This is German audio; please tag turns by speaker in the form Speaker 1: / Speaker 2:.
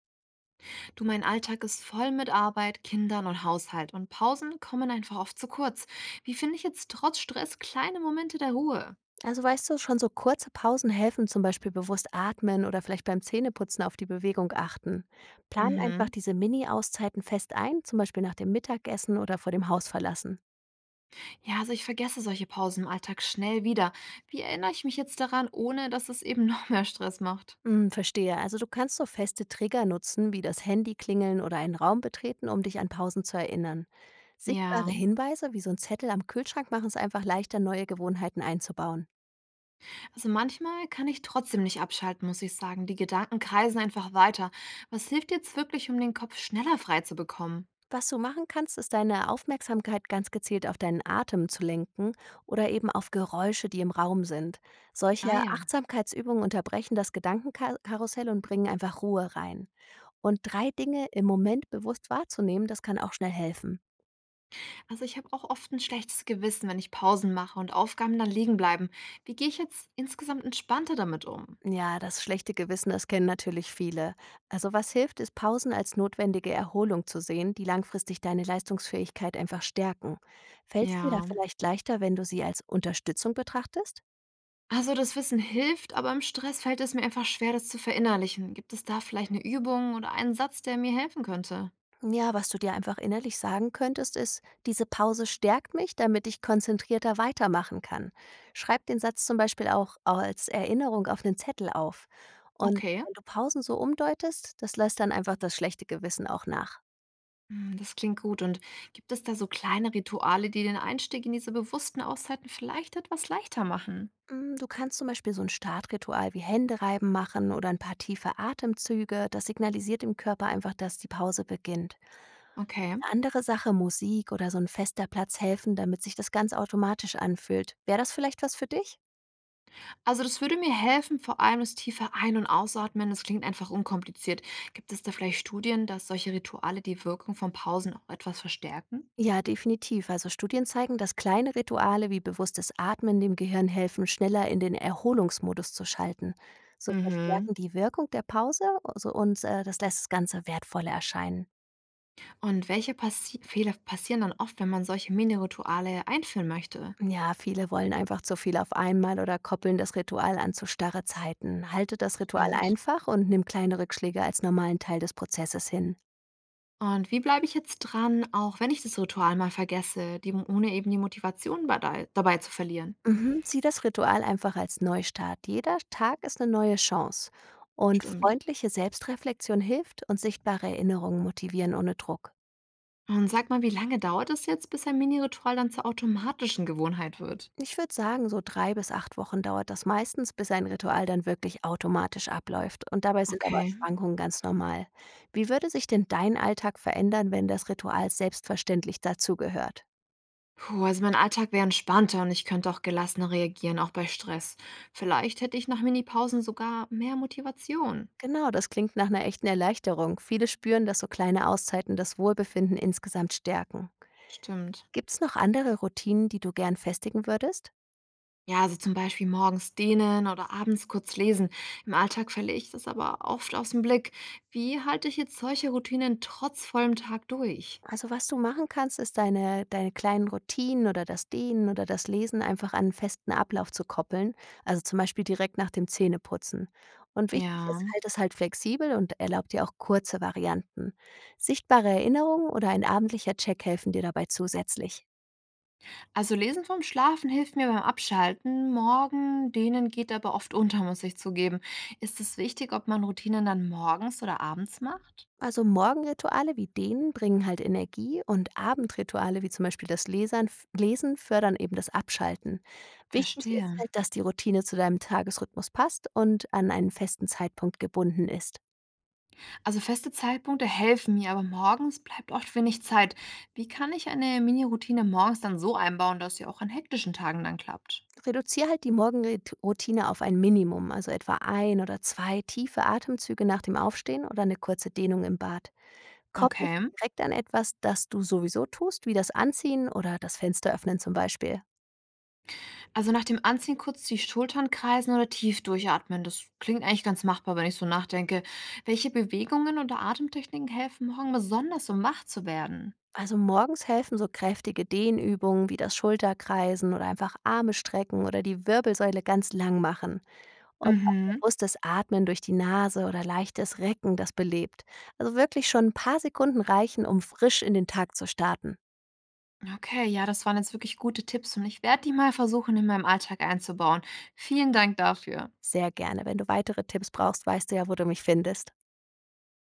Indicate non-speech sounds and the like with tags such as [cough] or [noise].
Speaker 1: Du, mein Alltag ist voll mit Arbeit, Kindern und Haushalt und Pausen kommen einfach oft zu kurz. Wie finde ich jetzt trotz Stress kleine Momente der Ruhe?
Speaker 2: Also weißt du, schon so kurze Pausen helfen, zum Beispiel bewusst atmen oder vielleicht beim Zähneputzen auf die Bewegung achten. Plan einfach
Speaker 1: Mhm.
Speaker 2: diese Mini-Auszeiten fest ein, zum Beispiel nach dem Mittagessen oder vor dem Haus verlassen.
Speaker 1: Ja, also ich vergesse solche Pausen im Alltag schnell wieder. Wie erinnere ich mich jetzt daran, ohne dass es eben [laughs] noch mehr Stress macht?
Speaker 2: Verstehe. Also du kannst so feste Trigger nutzen, wie das Handy klingeln oder einen Raum betreten, um dich an Pausen zu erinnern. Sichtbare
Speaker 1: Ja,
Speaker 2: Hinweise wie so ein Zettel am Kühlschrank machen es einfach leichter, neue Gewohnheiten einzubauen.
Speaker 1: also manchmal kann ich trotzdem nicht abschalten, muss ich sagen. Die Gedanken kreisen einfach weiter. Was hilft jetzt wirklich, um den Kopf schneller frei zu bekommen?
Speaker 2: Was du machen kannst, ist deine Aufmerksamkeit ganz gezielt auf deinen Atem zu lenken oder eben auf Geräusche, die im Raum sind. Solche
Speaker 1: Ah ja.
Speaker 2: Achtsamkeitsübungen unterbrechen das Gedankenkarussell und bringen einfach Ruhe rein. Und drei Dinge im Moment bewusst wahrzunehmen, das kann auch schnell helfen.
Speaker 1: Also ich habe auch oft ein schlechtes Gewissen, wenn ich Pausen mache und Aufgaben dann liegen bleiben. Wie gehe ich jetzt insgesamt entspannter damit um?
Speaker 2: Ja, das schlechte Gewissen, das kennen natürlich viele. Also was hilft, ist Pausen als notwendige Erholung zu sehen, die langfristig deine Leistungsfähigkeit einfach stärken. Fällt es dir da
Speaker 1: Ja,
Speaker 2: vielleicht leichter, wenn du sie als Unterstützung betrachtest?
Speaker 1: also das Wissen hilft, aber im Stress fällt es mir einfach schwer, das zu verinnerlichen. Gibt es da vielleicht eine Übung oder einen Satz, der mir helfen könnte?
Speaker 2: Ja, was du dir einfach innerlich sagen könntest, ist, diese Pause stärkt mich, damit ich konzentrierter weitermachen kann. Schreib den Satz zum Beispiel auch als Erinnerung auf einen Zettel auf. Und
Speaker 1: Okay.
Speaker 2: wenn du Pausen so umdeutest, das lässt dann einfach das schlechte Gewissen auch nach.
Speaker 1: Hm, das klingt gut. Und gibt es da so kleine Rituale, die den Einstieg in diese bewussten Auszeiten vielleicht etwas leichter machen?
Speaker 2: Du kannst zum Beispiel so ein Startritual wie Händereiben machen oder ein paar tiefe Atemzüge. Das signalisiert dem Körper einfach, dass die Pause beginnt.
Speaker 1: Okay.
Speaker 2: Eine andere Sache, Musik oder so ein fester Platz helfen, damit sich das ganz automatisch anfühlt. Wäre das vielleicht was für dich?
Speaker 1: Also, das würde mir helfen, vor allem das tiefe Ein und Ausatmen, das klingt einfach unkompliziert. Gibt es da vielleicht Studien, dass solche Rituale die Wirkung von Pausen auch etwas verstärken?
Speaker 2: Ja, definitiv. Also Studien zeigen, dass kleine Rituale wie bewusstes Atmen dem Gehirn helfen, schneller in den Erholungsmodus zu schalten. So
Speaker 1: Mhm.
Speaker 2: verstärken die Wirkung der Pause also und das lässt das Ganze wertvoller erscheinen.
Speaker 1: Und welche passi Fehler passieren dann oft, wenn man solche Mini-Rituale einführen möchte?
Speaker 2: Ja, viele wollen einfach zu viel auf einmal oder koppeln das Ritual an zu starre Zeiten. Halte das Ritual
Speaker 1: Stimmt.
Speaker 2: einfach und nimm kleine Rückschläge als normalen Teil des Prozesses hin.
Speaker 1: Und wie bleibe ich jetzt dran, auch wenn ich das Ritual mal vergesse, die, ohne eben die Motivation dabei zu verlieren?
Speaker 2: Mhm, sieh das Ritual einfach als Neustart. Jeder Tag ist eine neue Chance. Und
Speaker 1: Stimmt.
Speaker 2: freundliche Selbstreflexion hilft und sichtbare Erinnerungen motivieren ohne Druck.
Speaker 1: Und sag mal, wie lange dauert es jetzt, bis ein Mini-Ritual dann zur automatischen Gewohnheit wird?
Speaker 2: Ich würde sagen, so 3 bis 8 Wochen dauert das meistens, bis ein Ritual dann wirklich automatisch abläuft. Und dabei sind aber
Speaker 1: Okay.
Speaker 2: Schwankungen ganz normal. Wie würde sich denn dein Alltag verändern, wenn das Ritual selbstverständlich dazugehört?
Speaker 1: Puh, also mein Alltag wäre entspannter und ich könnte auch gelassener reagieren, auch bei Stress. Vielleicht hätte ich nach Minipausen sogar mehr Motivation.
Speaker 2: Genau, das klingt nach einer echten Erleichterung. Viele spüren, dass so kleine Auszeiten das Wohlbefinden insgesamt stärken.
Speaker 1: Stimmt.
Speaker 2: Gibt's noch andere Routinen, die du gern festigen würdest?
Speaker 1: Ja, also zum Beispiel morgens dehnen oder abends kurz lesen. Im Alltag verliere ich das aber oft aus dem Blick. Wie halte ich jetzt solche Routinen trotz vollem Tag durch?
Speaker 2: Also, was du machen kannst, ist deine kleinen Routinen oder das Dehnen oder das Lesen einfach an einen festen Ablauf zu koppeln, also, zum Beispiel direkt nach dem Zähneputzen. Und wichtig ist,
Speaker 1: Ja,
Speaker 2: halte es halt flexibel und erlaube dir auch kurze Varianten. Sichtbare Erinnerungen oder ein abendlicher Check helfen dir dabei zusätzlich.
Speaker 1: also Lesen vom Schlafen hilft mir beim Abschalten. Morgen dehnen geht aber oft unter, muss ich zugeben. Ist es wichtig, ob man Routinen dann morgens oder abends macht?
Speaker 2: Also Morgenrituale wie denen bringen halt Energie und Abendrituale wie zum Beispiel das Lesen fördern eben das Abschalten. Wichtig ist
Speaker 1: Verstehe.
Speaker 2: halt, dass die Routine zu deinem Tagesrhythmus passt und an einen festen Zeitpunkt gebunden ist.
Speaker 1: Also feste Zeitpunkte helfen mir, aber morgens bleibt oft wenig Zeit. Wie kann ich eine Mini-Routine morgens dann so einbauen, dass sie auch an hektischen Tagen dann klappt?
Speaker 2: Reduziere halt die Morgenroutine auf ein Minimum, also etwa ein oder zwei tiefe Atemzüge nach dem Aufstehen oder eine kurze Dehnung im Bad. Kopple sie
Speaker 1: Okay.
Speaker 2: direkt an etwas, das du sowieso tust, wie das Anziehen oder das Fenster öffnen zum Beispiel.
Speaker 1: Also nach dem Anziehen kurz die Schultern kreisen oder tief durchatmen. Das klingt eigentlich ganz machbar, wenn ich so nachdenke. Welche Bewegungen oder Atemtechniken helfen morgen besonders, um wach zu werden?
Speaker 2: Also morgens helfen so kräftige Dehnübungen wie das Schulterkreisen oder einfach Arme strecken oder die Wirbelsäule ganz lang machen. Und auch
Speaker 1: Mhm.
Speaker 2: bewusstes Atmen durch die Nase oder leichtes Recken, das belebt. Also wirklich schon ein paar Sekunden reichen, um frisch in den Tag zu starten.
Speaker 1: Okay, ja, das waren jetzt wirklich gute Tipps und ich werde die mal versuchen, in meinem Alltag einzubauen. Vielen Dank dafür.
Speaker 2: Sehr gerne. Wenn du weitere Tipps brauchst, weißt du ja, wo du mich findest.